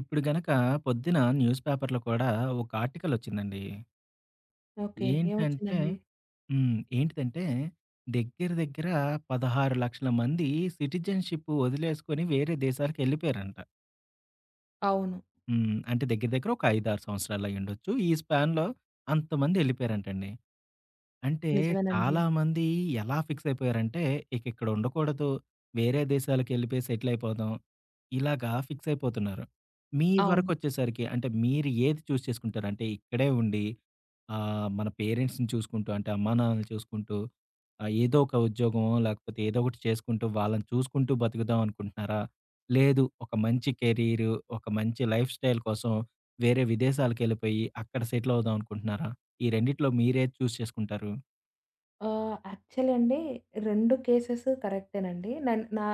ఇప్పుడు గనక పొద్దున న్యూస్ పేపర్‌లో కూడా ఒక ఆర్టికల్ వచ్చిందండి. ఓకే. ఏంటంటే ఏమొచ్చిందండి? హ్మ్. ఏంటిదంటే దగ్గర దగ్గర 16,00,000 మంది సిటిజన్‌షిప్ వదిలేసుకొని వేరే దేశాలకెళ్ళిపోయారంట. అవును. హ్మ్. అంటే దగ్గర దగ్గర ఒక 5, 6 సంవత్సరాలు అయ్యుండొచ్చు. ఈ స్పాన్‌లో అంతమంది ఎళ్ళిపోయారంటండి. అంటే నిజమేనండి. చాలామంది ఎలా ఫిక్స్ అయిపోయారంటే, ఇక ఇక్కడ ఉండకూడదు. వేరే దేశాలకెళ్ళిపోయి సెటిల్ అయిపోదాం. ఇలాగా ఫిక్స్ అయిపోతున్నారు. మీ అవును. వరకొచ్చేసరికి అంటే మీరు ఏది చూస్ చేసుకుంటారు? అంటే ఇక్కడే ఉండి మన పేరెంట్స్‌ని చూసుకుంటూ అంటే అమ్మా, నాన్నని చూసుకుంటూ ఏదో ఒక ఉద్యోగమో లేకపోతే ఏదో ఒకటి చేసుకుంటూ వాళ్ళని చూసుకుంటూ బతుకుదాం అనుకుంటున్నారా? లేదు, ఒక మంచి కెరీర్, ఒక మంచి లైఫ్ స్టైల్ కోసం వేరే విదేశాలకెళ్ళిపోయి అక్కడ సెటిల్ అవుదాం అనుకుంటున్నారా? ఈ రెండిట్లో మీరేది చూజ్ చేసుకుంటారు? యాక్చువల్లీ అండి, 2 కేసెస్ కరెక్టేనండి. నన్ నా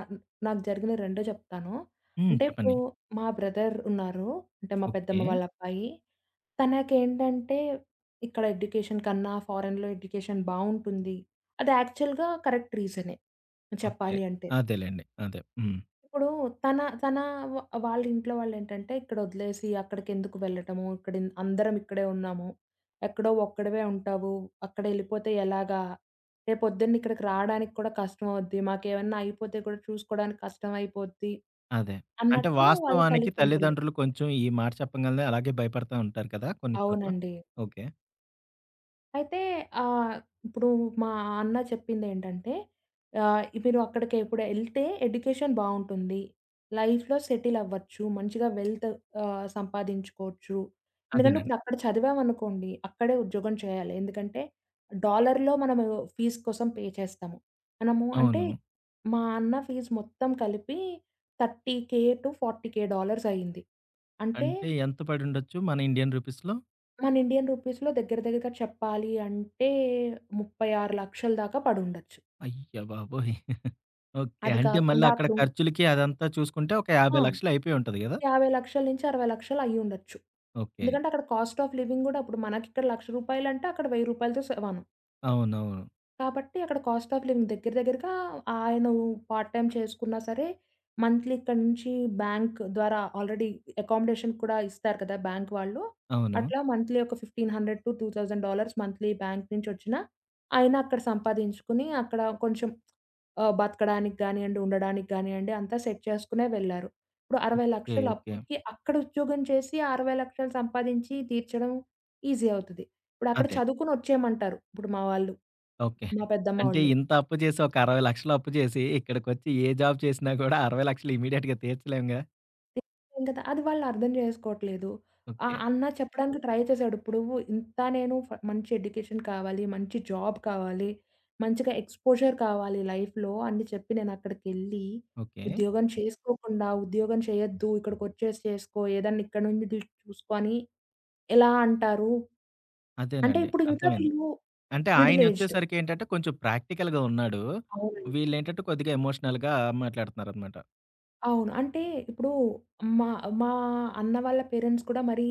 నాకు జరిగిన 2 చెప్తాను. హ్మ్, అంటే ఇప్పుడు చెప్పండి. మా బ్రదర్ ఉన్నారు. అంటే మా ఓకే, పెద్దమ్మ వాళ్ళ అబ్బాయి. తనకేంటంటే ఇక్కడ ఎడ్యుకేషన్ కన్నా ఫారెన్‌లో ఎడ్యుకేషన్ బావుంటుంది. అది యాక్చువల్‌గా కరెక్ట్ రీజనే ఓకే. చెప్పాలి అంటే. అదేలెండి, అదే. హ్మ్, ఇప్పుడు తన తన వ వాళ్ళ ఇంట్లో వాళ్ళేంటంటే ఇక్కడొదిలేసి అక్కడికెందుకు వెళ్ళటము? ఇక్కడ అందరం ఇక్కడే ఉన్నాము. ఎక్కడో ఒక్కడివే ఉంటావు. అక్కడెళ్ళిపోతే ఎలాగా? రేపొద్దున్న ఇక్కడికి రాడానికి కూడా కష్టమవుద్ది. మాకేమన్నా అయిపోతే కూడా చూసుకోడానికి కష్టమైపోద్ది అదే. అంటే అన్నట్టు వాళ్ళ వాస్తవానికి తల్లిదండ్రులు. తల్లిదండ్రులు కొంచెం ఈ మాట చెప్పంగాల్నే అలాగే భయపడతా ఉంటారు కదా, కొన్ని చోట్ల. అవునండి. ఓకే, అయితే ఆహ్, ఇప్పుడు మా అన్న చెప్పిందేంటంటే, "మీరు అక్కడికి ఇప్పుడు ఎళ్తే ఎడ్యుకేషన్ బావుంటుంది. లైఫ్‌లో సెటిల్ అవ్వచ్చు. మంచిగా వెల్త్ సంపాదించుకోవచ్చు. ఎందుకంటే అదేనండి. ఇప్పుడు అక్కడ చదివామనుకోండి, అక్కడే ఉద్యోగం చేయాలి. ఎందుకంటే డాలర్‌లో మనము ఫీస్ కోసం పే చేస్తాము. మనము అంటే అవును. మా అన్న ఫీజు మొత్తం కలిపి 30,000 టు 40,000 డాలర్స్ అయింది. అంటే అంటే ఎంత పడుండొచ్చు మన ఇండియన్ రూపీస్‌లో? మన ఇండియన్ రూపీస్‌లో దగ్గర దగ్గరగా చెప్పాలి అంటే 36,00,000 దాకా పడుండొచ్చు. అయ్య బాబోయ్! ఓకే. అది అంటే మళ్ళీ కాకుండా అక్కడ అప్పుడు ఖర్చులకి అదంతా చూసుకుంటే ఒక ఆ! 50,00,000 అయిపోయి ఉంటది గదా! 50,00,000-60,00,000 అయ్యుండొచ్చు. ఓకే. ఎందుకంటే అక్కడ కాస్ట్ ఆఫ్ లివింగ్ గూడా ఇప్పుడు మనకిక్కడ రూ. 1,00,000 అంటే అక్కడ రూ. 1,000తో సమానం. అవునవును. కాబట్టి అక్కడ కాస్ట్ ఆఫ్ లివింగ్ దగ్గర దగ్గరగా ఆయన పార్ట్ టైమ్ చేసుకున్నా సరే, మంత్లీ ఇక్కడి నుంచి బ్యాంక్ ద్వారా ఆల్రెడీ అకామిడేషన్ కూడా ఇస్తారు కదా! బ్యాంక్ వాళ్ళు. అవును. అట్లా మంత్లీ ఒక $1,500-$2,000 మంత్లీ బ్యాంక్ నుంచి ఒచ్చినా, ఆయన అక్కడ సంపాదించుకుని అక్కడ కొంచెం బతకడానికి గానియండి, ఉండడానికి గానియండి అంతా సెట్ చేసుకునే వెళ్లారు. ఇప్పుడు ఓకే, 60,00,000 ఓకే. అప్పుకి అక్కడ ఉద్యోగం చేసి, 60,00,000 సంపాదించి తీర్చడం ఈజీ అవుతది. ఇప్పుడు అక్కడ అదే. చదువుకొని ఒచ్చేయమంటారు ఇప్పుడు మా వాళ్ళు. ఓకే. మా పెద్దమ్మ అంటే వాళ్ళు. ఇంత అప్పు చేసి ఒక 60,00,000 అప్పు చేసి ఇక్కడికొచ్చి ఏ జాబ్ చేసినా కూడా 60,00,000 ఇమ్మీడియేట్‌గా తీర్చలేముగా. తినేసాం కదా! అది వాళ్ళర్థం చేసుకోవట్లేదు. ఆ ఓకే, అన్న చెప్పడానికి ట్రై చేశాడు. ఇప్పుడు ఇంత నేను మంచి ఎడ్యుకేషన్ కావాలి, మంచి జాబ్ కావాలి, మంచిగా ఎక్స్‌పోజర్ కావాలి లైఫ్‌లో అని చెప్పి నేనక్కడికెళ్ళి ఓకే, ఉద్యోగం చేసుకోకుండా, ఉద్యోగం చేయొద్దు, ఇక్కడికొచ్చేసి చేసుకో, ఏదన్నా ఇక్కడి నుండి దిల్ చూసుకో అని ఎలా అంటారు? అంటే అదేనండి, ఇప్పుడు ఇంకా అర్థమైంది. వీళ్ళు అంటే మిడిల్ ఏజ్డ్. ఆయనొచ్చేసరికి ఏంటంటే కొంచెం ప్రాక్టికల్‌గా ఉన్నాడు. అవునండి. వీళ్ళేంటంటే కొద్దిగా ఎమోషనల్‌గా మాట్లాడుతున్నారనమాట. అవును. అంటే ఇప్పుడు మా మా అన్న వాళ్ళ పేరెంట్స్ కూడా మరీ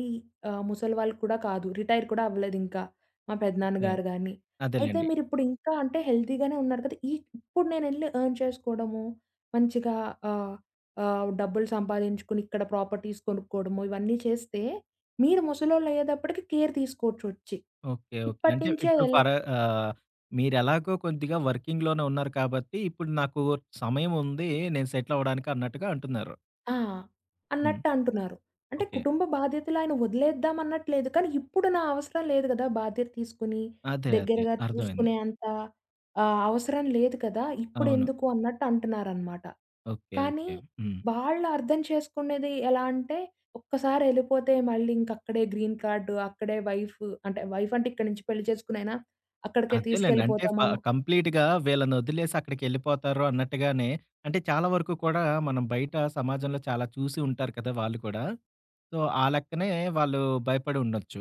ముసలి వాళ్ళు కూడా కాదు. రిటైర్ కూడా అవ్వలేదింకా. మా ఓకే, పెదనాన్నగారు గాని. అయితే అదేలెండి. మీరిప్పుడు ఇంకా అంటే హెల్తీగానే ఉన్నారు కదా! ఇప్పుడు నేనెళ్లి ఎర్న్ చేసుకోవడము, మంచిగా ఆహ్, డబ్బులు సంపాదించుకొని ఇక్కడ ప్రాపర్టీస్ కొనుక్కోవడము ఇవన్నీ చేస్తే, మీరు ముసలోళ్ళయ్యేటప్పటికి కేర్ తీసుకోవచ్చొచ్చి. Okay, okay. ఇప్పటి అంటే నుంచే ఇప్పుడు ఎలా ఆహ్, మీరెలాగో కొద్దిగా వర్కింగ్‌లోనే ఉన్నారు కాబట్టి ఇప్పుడు నాకు సమయం ఉంది. నేను సెటిల్ అవ్వడానికి అన్నట్టుగా అంటున్నారు. ఆ! హ్మ్. అన్నట్టు అంటున్నారు. అంటే ఓకే. కుటుంబ బాధ్యతలు ఆయన వదిలేద్దాం అన్నట్లేదు. కానీ ఇప్పుడు నా అవసరం లేదు గదా! బాధ్యత తీసుకొని అదే, అదే, దగ్గరగా అర్థమైంది. చూసుకునే అంత అవసరం లేదు కదా! అవును. ఇప్పుడెందుకు అన్నట్టు అంటున్నారనమాట. ఓకే, కానీ ఓకే. హ్మ్. వాళ్ళు అర్థం చేసుకునేది ఎలా అంటే ఒక్కసారి ఎళ్ళిపోతే మళ్ళీ ఇంక అక్కడే గ్రీన్ కార్డ్ అక్కడే వైఫ్ అంటే వైఫ్ అంటే ఇక్కడి నుంచి పెళ్లి చేసుకునైనా అక్కడికే అదేలెండి. అంటే ఫ తీసుకెళ్ళిపోతాము. కంప్లీట్‌గా వీళ్ళనొదిలేసి అక్కడికెళ్ళిపోతారు అన్నట్టుగానే, అంటే చాలా వరకు కూడా మనం బయట సమాజంలో చాలా చూసి ఉంటారు కదా, వాళ్ళు కూడా. సో, ఆ లెక్కనే వాళ్ళు భయపడి ఉండొచ్చు.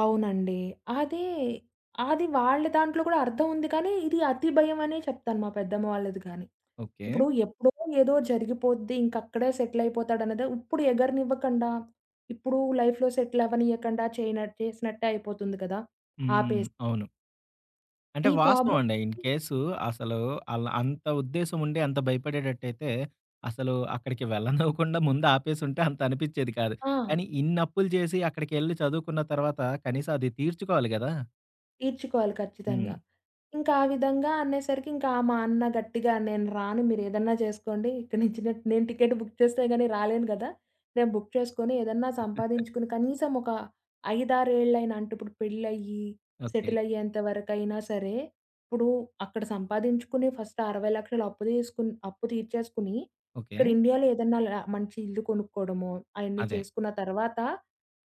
అవునండి. అదే, అది వాళ్ళ దాంట్లో కూడా అర్థం ఉంది కానీ, ఇది అతి భయం అనే చెప్తాను మా పెద్దమ్మ వాళ్ళది గాని. ఓకే. ఇప్పుడు ఎప్పుడో ఏదో జరిగిపోద్ది. ఇంకక్కడే సెటిల్ అయిపోతాడన్నదే ఇప్పుడు ఎగరనివ్వకండా, ఇప్పుడు లైఫ్‌లో సెటిల్ అవ్వనియ్యకండా చేసినట్టే అయిపోతుంది కదా! హ్మ్, ఆపేసి. అవును. అంటే ఈ వాస్తవం అండి. ఇన్ ప్రాబ్లమ్‌ని కేసు అసలు ఆళ్ళ అంత ఉద్దేశం ఉండి అంత భయపడేటట్టయితే అసలు అక్కడికి వెళ్ళనివ్వకుండా ముందు ఆపేసుంటే అంత అనిపిచ్చేది కాదు. ఆ! కానీ ఇన్ని అప్పులు చేసి అక్కడికెళ్ళి చదువుకున్న తర్వాత కనీసం అది తీర్చుకోవాలి గదా! తీర్చుకోవాలి హ్మ్. ఖచ్చితంగా. ఇంకా ఆ విధంగా అనేసరికి ఇంకా మా అన్న గట్టిగా "నేను రాను మీరేదన్నా చేసుకోండి. ఇక్కడి నుంచి నేను టికెట్ బుక్ చేస్తే గాని రాలేను గదా! నేను బుక్ చేసుకొని ఏదన్నా సంపాదించుకుని కనీసం ఒక 5, 6 ఏళ్ళైనా అంటే ఇప్పుడు పెళ్ళయ్యి ఓకే, సెటిల్ అయ్యేంత వరకైనా సరే, ఇప్పుడు అక్కడ సంపాదించుకుని ఫస్ట్ 60,00,000 అప్పు తీసుకుని అప్పు తీర్చేసుకుని, ఓకే. ఇక్కడ ఇండియాలో ఏదన్నా మంచి ఇల్లు కొనుక్కోవడమో, అయన్నీ అదే, చేసుకున్న తర్వాత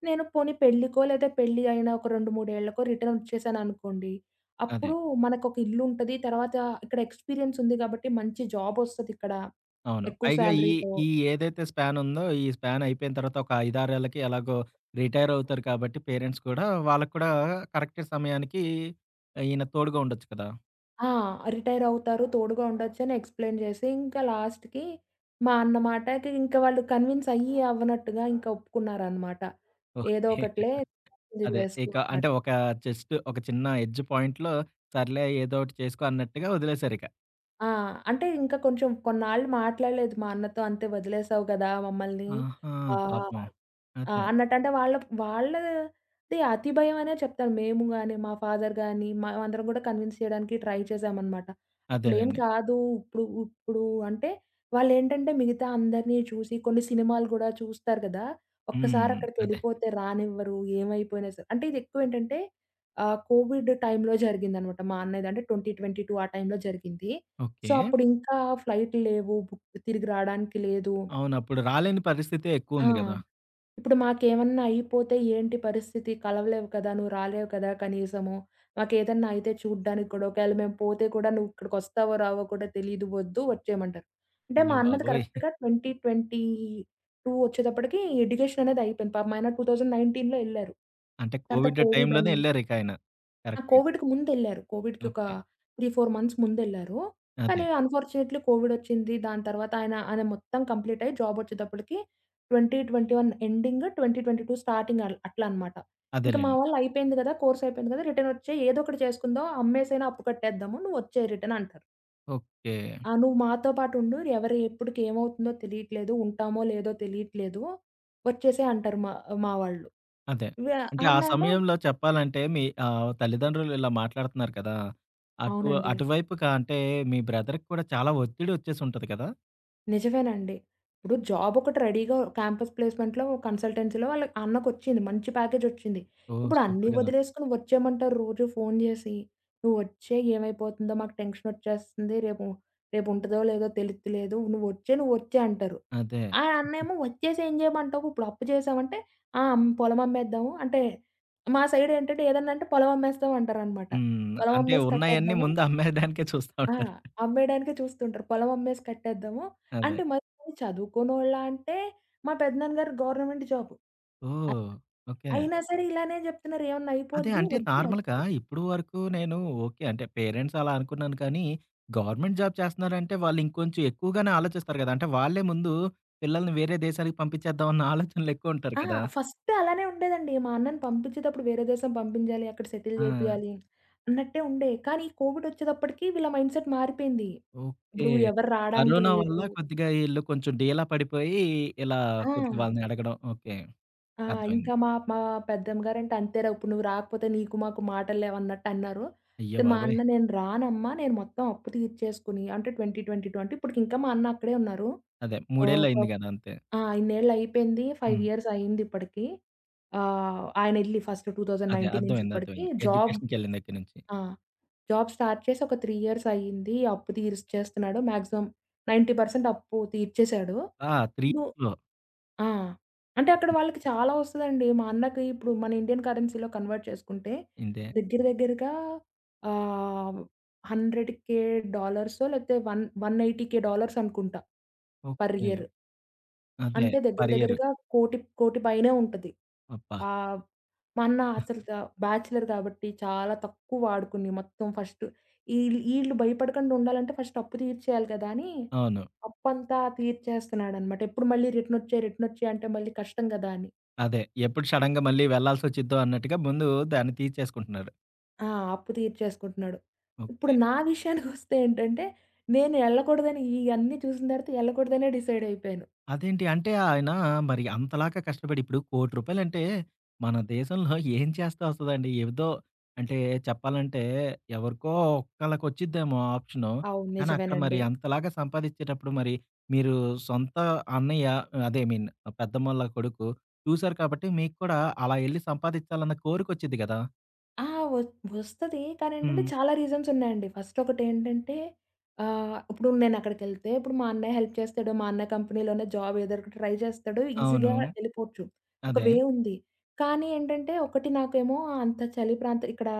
నేను పోనీ పెళ్ళికో లేదా పెళ్లి అయిన ఒక 2, 3 ఏళ్లకో రిటర్న్ వచ్చేసాననుకోండి. అదే. అప్పుడు మనకొక ఇల్లుంటది. తర్వాత ఇక్కడ ఎక్స్‌పీరియన్స్ ఉంది గాబట్టి మంచి జాబొస్తదిక్కడ. అవును. ఎక్కువ పైగా ఈ శాలరీతో. ఈ ఏదైతే స్పాన్ ఉందో, ఈ స్పాన్ అయిపోయిన తర్వాత ఒక 5, 6 ఏళ్ళకి ఎలాగో రిటైర్ అవుతారు కాబట్టి పేరెంట్స్ కూడా, వాళ్ళకి కూడా కరెక్ట్ సమయానికి ఈయన తోడుగా ఉండొచ్చు కదా! ఆ! రిటైరవుతారు. తోడుగా ఉండొచ్చని ఎక్స్‌ప్లెయిన్ చేసి, ఇంకా లాస్ట్‌కి మా అన్న మాటకి ఇంకా వాళ్ళు కన్విన్స్ అయ్యి అవ్వనట్టుగా ఇంకా ఒప్పుకున్నారనమాట. ఏదో ఓకే. ఒకటిలే ఇది అదే. చేసుకో ఇక అంటే అన్నట్టు. ఒక జస్ట్ ఒక చిన్న ఎడ్జ్ పాయింట్‌లో సర్లే ఏదో ఒకటి చేసుకో అన్నట్టుగా వదిలేసారిక. ఆ! అంటే ఇంకా కొంచెం కొన్నాళ్ళు మాట్లాడలేదు మా అన్నతో. అంతే వదిలేసావు గదా! మమ్మల్ని. ఆహా! ఆహ్ పాపం. ఆ! అదే. అన్నట్టు. అంటే వాళ్ళది అతి భయం అనే చెప్తాను. మేము గాని, మా ఫాదర్ గాని, మేమందరం కూడా కన్విన్స్ చేయడానికి ట్రై చేశామనమాట. అట్లేం అదేనండి. కాదు ఇప్పుడు ఇప్పుడు అంటే వాళ్ళేంటంటే మిగతా అందరిని చూసి కొన్ని సినిమాలు కూడా చూస్తారు కదా! ఒక్కసారి హ్మ్, అదే. అక్కడికెళ్ళిపోతే రానివ్వరు. ఏమైపోయినా సరే. అంటే ఇది ఎక్కువేంటంటే కోవిడ్ టైమ్‌లో జరిగిందనమాట. మా అన్నయ్యది అంటే 2022 ఆ టైమ్‌లో జరిగింది. So, okay. అప్పుడింకా ఫ్లైట్ లేవు. బుక్ తిరిగి రాడానికి లేదు. అవును. అప్పుడు రాలేని పరిస్థితే ఆ! ఎక్కువుంది గదా! ఇప్పుడు మాకేమన్నా అయిపోతే ఏంటి పరిస్థితి? కలవలేవు కదా! నువ్వు రాలేవు కదా! కనీసము. మాకేదన్నా అయితే చూడ్డానికి కూడా ఒకవేళ మేము పోతే కూడా నువ్వు ఇక్కడికొస్తావో రావో కూడా తెలీదు. వద్దు వచ్చేయమంటారు. అంటే అయ్య మా అన్నది బాబోయ్! కరెక్ట్‌గా 2022 వచ్చేటప్పటికి ఎడ్యుకేషన్ అనేది అయిపోయింది. పాపం ఆయన 2019లో ఎళ్లారు. అంటే తర్వాత కోవిడ్ కోవిడ్ టైమ్‌లోనే అని ఎళ్లారిక ఆయన. కరెక్ట్‌గా. కోవిడ్‌కి ముందెళ్లారు. కోవిడ్‌కి ఒక ఓకే. 3, 4 మంత్స్ ముందెళ్లారు. అదే. కానీ అన్‌ఫార్చునేట్‌లీ కోవిడొచ్చింది. దాని తర్వాత ఆయన, ఆయన మొత్తం కంప్లీట్ అయ్యి జాబొచ్చేటప్పటికి 2021 ఎండింగ్, 2022 స్టార్టింగ్ అట్లా అనమాట. ఇంక మా అదేలెండి. వాళ్ళు అయిపోయింది గదా! కోర్స్ అయిపోయింది గదా! రిటర్నొచ్చేయి ఏదో ఒకటి చేసుకుందాం. అమ్మేసైనా అప్పు కట్టేద్దాము. నువ్వొచ్చేయి రిటర్న్ అంటారు. ఓకే. ఆ! నువ్వు మాతో పాటుండు. ఎవరు ఎప్పుడుకి ఏమవుతుందో తెలియట్లేదు. ఉంటామో లేదో తెలియట్లేదు. వచ్చేసేయి అంటారు మా మా వాళ్ళు. అదే. వ్య అంటే ఆ అన్నేమో సమయంలో చెప్పాలంటే మీ తల్లిదండ్రులు ఇలా మాట్లాడుతున్నారు కదా! అటు అవునండి. అటువైపుగా అంటే మీ బ్రదర్‌కి కూడా చాలా ఒత్తిడి వచ్చేసుంటది కదా! నిజమేనండి. ఇప్పుడు జాబ్ ఒకటి రెడీగా క్యాంపస్ ప్లేస్‌మెంట్‌లో కన్సల్టెన్సీలో వాళ్ళ అన్నకొచ్చింది. మంచి ప్యాకేజొచ్చింది. ఓహ్, ఇప్పుడు అన్నీ సూపర్ కదా! వదిలేసుకొని వచ్చేయమంటారు రోజు ఫోను జేసి. "నువ్వొచ్చేయి ఏమైపోతుందో మాకు టెన్షనొచ్చేస్తుంది. రేపుంటదో లేదో తెలియట్లేదు. నువ్వొచ్చేయి, నువ్వొచ్చేయి" అంటారు. అదే. ఆ అన్నేమో వచ్చేసి ఏం చేయమంటావు? ఇప్పుడు అప్పు చేశామంటే, "ఆ! అమ్ పొలమమ్మేద్దాము" అంటే మా సైడేంటంటే ఏదన్నా అంటే పొలమమ్మేస్తాం అంటారనమాట. హ్మ్. అంటే పొలమమ్మేసి ఉన్నయన్నీ కట్టేద్దాము. ముందు అమ్మేయడానికే చూస్తా ఆ! ఉంటారు. అమ్మేయడానికే చూస్తుంటారు. పొలం అమ్మేసి కట్టేద్దాము. అదే. అంటే మరి చదువుకోనోళ్ళా అంటే మా పెదనాన్న గారు గవర్నమెంట్ జాబు. అ ఓహ్! ఓకే. అయినా సరే ఇలానే చెప్తున్నారు ఏమన్నా అదే. అయిపోద్ది అంటే వద్దు నార్మల్‌గా వచ్చి ఇప్పుడు వరకు నేను ఓకే. అంటే పేరెంట్స్ అలా అనుకున్నాను కానీ, గవర్నమెంట్ జాబ్ చేస్తున్నారంటే వాళ్ళు ఇంకొంచెం ఎక్కువగానే ఆలోచిస్తారు గదా! అంటే వాళ్ళే ముందు పిల్లల్ని వేరే దేశాలకు పంపించేద్దాం అన్న ఆలోచనలు ఎక్కువుంటారు ఆ! కదా! ఫస్ట్ అలానే ఉండేదండి. మా అన్నని పంపించేటప్పుడు వేరే దేశం పంపించాలి. అక్కడ సెటిల్ ఆ! చేపియాలి అన్నట్టే ఉండే. కానీ కోవిడ్ వచ్చేటప్పటికి వీళ్ళ మైండ్‌సెట్ మారిపోయింది. ఓకే. ఇప్పుడు ఎవరు రాడానికి కరోనా వల్ల లేదు. కొద్దిగా ఈళ్ళు కొంచెం డీలా పడిపోయి ఇలా ఆ! కొద్దిగా వాళ్ళని అడగడం. ఓకే, ఆ! అర్థమైంది. ఇంకా మా మా పెద్దమ్మ గారంటే "అంతేరా ఇప్పుడు నువ్వు రాకపోతే నీకు మాకు మాటలు లేవు" అన్నట్టు అన్నారు. అయ్య అయితే మా బాబోయ్! అన్న "నేను రానమ్మా, నేను మొత్తం అప్పు తీర్చేసుకొని" అంటే 2022 అంటే ఇప్పటికి ఇంకా మా అన్న అక్కడే ఉన్నారు. అదే. ఓహో! మూడేళ్లయింది గదా, అంతే. ఇన్నేళ్ళు అయిపోయింది. 5 హ్మ్. ఇయర్స్ అయింది ఇప్పటికి. ఆయన ఎళ్లి ఫస్ట్ అదే, 2019 నుంచి అర్థమైంది, ఇప్పటికి జాబ్ ఎడ్యుకేషన్‌కెళ్ళిన దగ్గర నుంచి. ఆ! జాబ్ స్టార్ట్ చేసి ఒక 3 ఇయర్స్ అయింది. అప్పు తీర్చేస్తున్నాడు. మాక్సిమం 90% అప్పు తీర్చేసాడు. ఆ! 3 ఇప్పుడు ఇయర్స్‌లో. ఆ! అంటే అక్కడ వాళ్ళకి చాలా వస్తదండి. మా అన్నకి ఇప్పుడు మన ఇండియన్ కరెన్సీలో కన్వర్ట్ చేసుకుంటే ఇంతే. దగ్గర దగ్గరగా ఆహ్, 100,000 డాలర్సో లేకపోతే 180,000 డాలర్స్ అనుకుంటా. Per okay. ఇయర్. అదే. అంటే దగ్గర పర్ ఇయర్. దగ్గరగా 1,00,00,000 1,00,00,000 పైనే ఉంటది. అబ్బా! ఆహ్, మా అన్న అసలు బ్యాచిలర్ కాబట్టి చాలా తక్కువ వాడుకుని మొత్తం ఫస్ట్ ఈళ్ళు భయపడకుండా ఉండాలంటే ఫస్ట్ అప్పు తీర్చేయాలి కదా! అని అవును. అప్పంతా తీర్చేస్తున్నాడనమాట. ఎప్పుడు మళ్ళీ రిటర్నొచ్చేయి, రిటర్నొచ్చేయి అంటే మళ్ళీ కష్టం కదా! అని. అదే. ఎప్పుడు సడెన్‌గా మళ్ళీ వెళ్ళాల్సొచ్చిద్దో అన్నట్టుగా ముందు దాన్ని తీర్చేసుకుంటున్నారు. ఆ! అప్పు తీర్చేసుకుంటున్నాడు. ఇప్పుడు ఓకే. నా విషయానికొస్తే ఏంటంటే నేను ఎళ్ళకూడదని ఇయన్నీ చూసిన తర్వాత ఎళ్ళకూడదనే డిసైడ్ అయిపోయాను. అదేంటి అంటే ఆయన మరి అంతలాగా కష్టపడి ఇప్పుడు రూ. 1,00,00,000 మన దేశంలో ఏం చేస్తే వస్తదండి? ఏదో, అంటే చెప్పాలంటే ఎవరికో ఒక్కళ్ళకొచ్చిద్దేమో ఆప్షను. అవును. కానీ అక్కడ మరి నిజమేనండి. అంతలాగా సంపాదిచ్చేటప్పుడు మరి మీరు సొంత అన్నయ్య, అదే ఐ మీన్ పెద్దమ్మోళ్ళ కొడుకు చూసారు కాబట్టి మీకు కూడా అలా ఎళ్లి సంపాదిచ్చాలన్న కోరికొచ్చిద్ది గదా! ఆ! వ వస్తది. కానీ ఏంటంటే హ్మ్, చాలా రీజన్స్ ఉన్నాయండి. ఫస్ట్ ఒకటేంటంటే ఇప్పుడు నేనక్కడికెళ్తే ఇప్పుడు మా అన్నయ్య హెల్ప్ చేస్తాడు. మా అన్నయ్య కంపెనీలోనే జాబ్ ఏదో ఒకటి ట్రై చేస్తాడు. అవును. ఈజీగా ఎళ్ళిపోవచ్చు. ఒక అదే. వే ఉంది. కానీ ఏంటంటే ఒకటి నాకేమో అంత చలి ప్రాంతం ఇక్కడ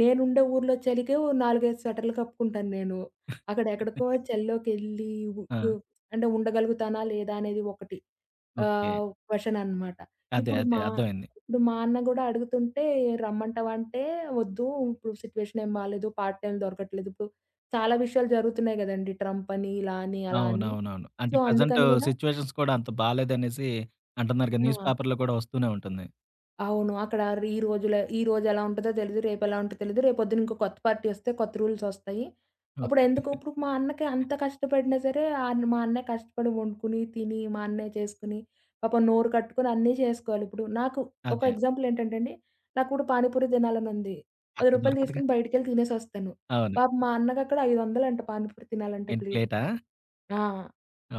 నేనుండే ఊర్లో చలికే ఓ 4, 5 స్వెటర్‌లు కప్పుకుంటాను నేను. అక్కడ ఎక్కడికో చలిలోకెళ్ళి ఉ ఆ! ఉ అంటే ఉండగలుగుతానా లేదా అనేది ఒకటి ఓకే. క్వెషన్ అనమాట. అదే, ఇప్పుడు అదే, మా అర్థమైంది. ఇప్పుడు మా అన్న గూడా అడుగుతుంటే, "రమ్మంటావా?" అంటే, "వద్దు ఇప్పుడు సిట్యుయేషన్ ఏం బాలేదు. పార్ట్ టైమ్ దొరకట్లేదు." ఇప్పుడు చాలా విషయాలు జరుగుతున్నాయి గదండీ! ట్రంప్ అని, ఇలా అని, అలా అని. అవునవునవును. అంటే సో, అందుకని గూడా సిట్యుయేషన్స్ కూడా అంత బాలేదనేసి అంటున్నారు కదా! న్యూస్ ఆ! పేపర్‌లో కూడా వస్తూనే ఉంటుంది. అవును. అక్కడ రీ ఈ రోజుల ఈ రోజు ఎలా ఉంటదో తెలీదు. రేపెలా ఉంటదో తెలీదు. రేపొద్దున ఇంకో కొత్త పార్టీ వస్తే కొత్త రూల్సొస్తాయి. హ్మ్, అప్పుడెందుకు ఇప్పుడు మా అన్నకి అంత కష్టపడినా సరే మా అన్నయ్య కష్టపడి వండుకొని, తిని, మా అన్నయ్య చేసుకొని పాపం నోరు కట్టుకొని అన్నీ చేసుకోవాలి. ఇప్పుడు నాకు ఒక అదే. ఎగ్జాంపుల్ ఏంటంటే అండి, నాకిప్పుడు పానీపూరి తినాలనుంది. అక్కడ రూ. 10 దొరకదుగా. తీసుకొని బయటికెళ్ళి తినేసొస్తాను. అవును. పాపం మా అన్నకక్కడ 500 అంట పానీపూరి తినాలంటే ఏంటి ప్లేట్‌కి. ప్లేటా? ఆ!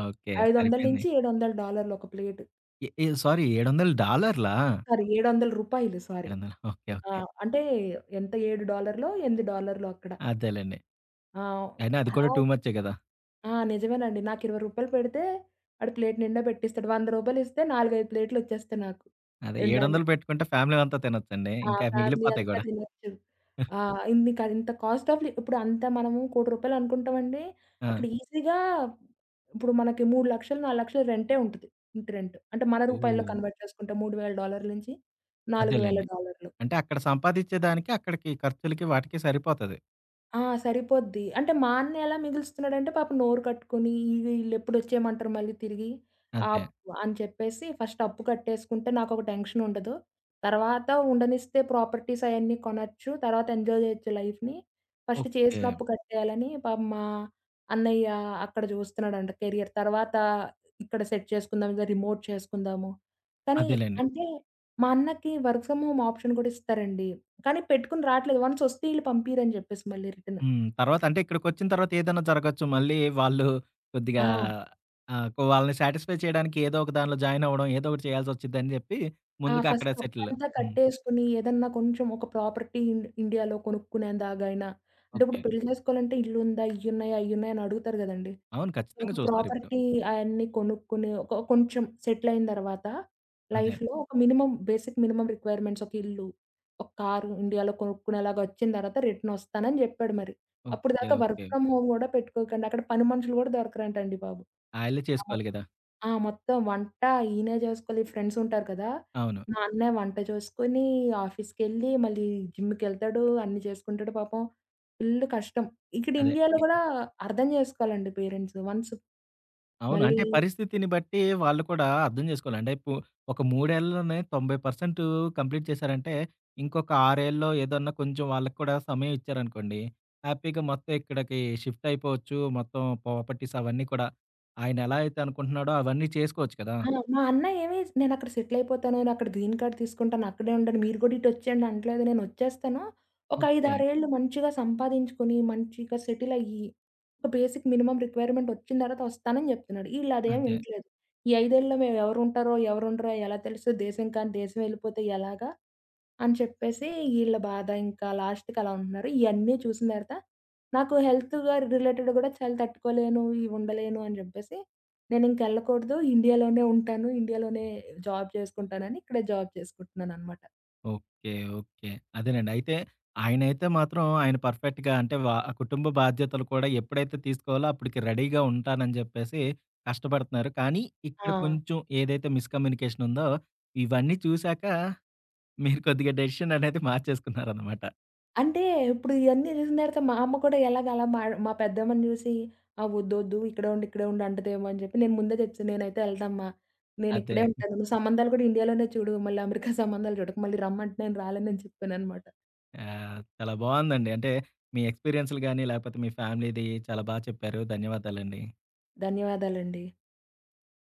ఓకే, సరిపోయింది. 500-700 డాలర్లు ఒక ప్లేట్. ఎ ఎ సారీ, $700, సారీ రూ. 700 సారీ. $700. ఓకే, ఆ! ఓకే. అంటే ఎంత $7లో, $8లో అక్కడ. అదేలెండి. ఆ! అయినా అది అలా కూడా టూ మచ్చే కదా! నిజమేనండి. నాకు రూ. 20 పెడితే వాడు ప్లేట్ నిండా పెట్టిస్తాడు. రూ. 100 ఇస్తే 4, 5 ప్లేట్‌లొచ్చేస్తాయి నాకు అదే 700 తినడానికి. పెట్టుకుంటే ఫ్యామిలీ అంతా తినొచ్చండి. ఇంకా ఫ్యామిలీ మిగిలిపోతాయి అంతా గూడా. తినొచ్చు. ఆ! ఇన్ని క ఇంత కాస్ట్ ఆఫ్ లి ఇప్పుడు అంత మనము రూ. 1,00,00,000 అనుకుంటామండి. ఆ! అక్కడ ఈజీగా ఇప్పుడు మనకి 3,00,000, 4,00,000 రెంటే ఉంటది. ఇంటి రెంట్. అంటే మన రూపాయల్లో ఓహ్! కన్వర్ట్ చేసుకుంటే $3,000 నుంచి అదేలెండి. $4,000. అంటే అక్కడ సంపాదించేదానికి, అక్కడికి ఖర్చులకి వాటికి సరిపోతది. సరిపోద్ది. అంటే మా అన్న ఎలా మిగులుస్తున్నాడంటే పాపం నోరు కట్టుకొని ఈళ్ళు ఈళ్ళెప్పుడొచ్చేయమంటారు మళ్ళీ తిరిగి? అదే. ఆప్ అని చెప్పేసి ఫస్ట్ అప్పు కట్టేసుకుంటే నాకొక టెన్షన్ ఉండదు. తర్వాత ఉండనిస్తే ప్రాపర్టీస్ అయన్నీ కొనొచ్చు. తర్వాత ఎంజాయ్ జేయొచ్చు లైఫ్‌ని. First okay. చేసిన అప్పు కట్టేయాలని పాపం మా అన్నయ్య అక్కడ జూస్తున్నాడంట కెరియర్. తర్వాత ఇక్కడ సెట్ చేసుకుందాం. ఇలా రిమోట్ చేసుకుందాము. కానీ అదేలెండి. అంటే మా అన్నకి వర్క్ ఫ్రమ్ హోమ్ ఆప్షన్ గూడా ఇస్తారండి. కానీ పెట్టుకొని రాట్లేదు. వన్స్ వస్తే ఈళ్ళు పంపియరని జెప్పేసి మళ్ళీ రిటర్న్. హ్మ్. తర్వాత అంటే ఇక్కడికొచ్చిన తర్వాత ఏదైనా జరగొచ్చు. మళ్ళీ వాళ్ళు కొద్దిగా ఆ! ఆహ్, కొ వాళ్ళని సాటిస్ఫై చేయడానికి ఏదో ఒక దానిలో జాయిన్ అవ్వడం, ఏదో ఒకటి చేయాల్సొచ్చిద్దని జెప్పి ఆ! ముందుగా అక్కడ ఫస్ట్ సెటిల్. అప్పంతా హ్మ్. కట్టేసుకొని ఏదన్నా కొంచెం ఒక ప్రాపర్టీ ఇండియాలో కొనుక్కునేందాగైనా అంటే ఇప్పుడు ఓకే. పెళ్లి జేసుకోవాలంటే ఇల్లుందా? ఇయ్యున్నాయా? అయ్యున్నాయా? అని అడుగుతారు గదండీ! అవును, ఖచ్చితంగా ఒక చూస్తారిప్పుడు. ప్రాపర్టీ అయన్నీ కొనుక్కుని ఒక కొంచెం సెటిల్ అయిన తర్వాత అదే. లైఫ్‌లో ఒక మినిమమ్ బేసిక్ మినిమమ్ రిక్వైర్మెంట్స్ ఒక ఇల్లు, ఒక కారు ఇండియాలో కొనుక్కునేలాగా వచ్చిన తర్వాత రిటర్న్ వస్తానని జెప్పాడు మరి. ఓకే, అప్పటిదాకా వర్క్ ఓకే. ఫ్రమ్ హోమ్ గూడా పెట్టుకోకండి. అక్కడ పని మనుషులు గూడా దొరకరంటండి బాబు. ఆళ్ళే చేసుకోవాలి గదా! మొత్తం వంట ఈయనే జేసుకోవాలి. ఫ్రెండ్స్ ఉంటారు కదా! అవును. మా అన్నయ్య వంట చేసుకొని ఆఫీస్‌కెళ్ళి మళ్ళీ జిమ్‌కెళ్తాడు. అన్నీ చేసుకుంటాడు పాపం. Full custom. ఇక్కడ అదే. ఇండియాలో గూడా అర్థం జేసుకోవాలండి పేరెంట్స్. వన్స్ అవును. మళ్ళీ అంటే పరిస్థితిని బట్టి వాళ్ళు కూడా అర్థం చేసుకోవాలండి. ఒక 3 ఏళ్లలోనే 90% కంప్లీట్ చేశారంటే, ఇంకొక 6 ఏళ్లలో ఏదన్నా కొంచెం వాళ్ళకి కూడా సమయం ఇచ్చారనుకోండి, హ్యాపీగా మొత్తం ఇక్కడికి షిఫ్ట్ అయిపోవచ్చు. మొత్తం ప్రాపర్టీస్ అవన్నీ కూడా ఆయన ఎలా అయితే అనుకుంటున్నాడో అవన్నీ చేసుకోవచ్చు కదా! మా అన్న ఏమి నేనక్కడ సెటిల్ అయిపోతాను. నేనక్కడ గ్రీన్ కార్డ్ తీసుకుంటాను. అక్కడే ఉండను. మీరు కూడా ఇటొచ్చేయండి అనట్లేదు. నేనొచ్చేస్తాను. ఒక 5, ఓకే. 6 ఏళ్ళు మంచిగా సంపాదించుకొని, మంచిగా సెటిల్ అయ్యి, ఒక బేసిక్ మినిమమ్ రిక్వైర్మెంట్ వచ్చిన తర్వాత వస్తానని చెప్తున్నాడు. ఈళ్ళు అదేమి అదే. వింటలేదు. ఈ 5 ఏళ్లలో మేము ఎవరుంటారో, ఎవరుండరో ఎలా తెలుస్తది? దేశం కానీ దేశం వెళ్ళిపోతే ఎలాగా? అని చెప్పేసి ఈళ్ళ బాధ ఇంకా లాస్ట్‌కి అలా ఉంటున్నారు. ఇయన్నీ చూసిన తర్వాత నాకు హెల్త్‌గా రిలేటెడ్ గూడా చాలా తట్టుకోలేను, ఇవి ఉండలేను అని జెప్పేసి నేనింకెళ్ళకూడదు. ఇండియాలోనే ఉంటాను. ఇండియాలోనే జాబ్ చేసుకుంటానని ఇక్కడే జాబ్ చేసుకుంటున్నాననమాట. ఓకే, ఓకే, అదేనండి. అయితే ఆయనైతే మాత్రం ఆయన పర్ఫెక్ట్‌గా అంటే వ కుటుంబ బాధ్యతలు కూడా ఎప్పుడైతే తీసుకోవాలో అప్పటికి రెడీగా ఉంటానని జెప్పేసి కష్టపడుతున్నారు. కానీ ఆ! ఇక్కడ కొంచెం ఏదైతే మిస్‌కమ్యూనికేషన్ ఉందో, ఇవన్నీ చూసాక మీరు కొద్దిగా డెసిషన్ అనేది మార్చేసుకున్నారనమాట. అంటే ఇప్పుడు ఇయన్నీ జూసిన తర్వాత మా అమ్మ కూడా ఎలాగ అలా మా మా పెద్దమ్మని జూసి వద్దొద్దు ఇక్కడే ఉండు, ఇక్కడే ఉండు" అంటదేమో అని జెప్పి నేను ముందే జెప్సా. "నేనైతే ఎళ్ళనమ్మా. అదే. నేనిక్కడే ఉంటాను. నువ్వు సంబంధాలు గూడా ఇండియాలోనే చూడు. మళ్ళీ అమెరికా సంబంధాలు జూడకు. మళ్ళీ రమ్మంటే నేను రాలేనని" చెప్పాననమాట. యాహ్! చాలా బావుందండి. అంటే మీ ఎక్స్‌పీరియన్స్‌లు గాని లేకపోతే మీ ఫ్యామిలీది చాలా చెప్పారు. ధన్యవాదాలండి. ధన్యవాదాలండి.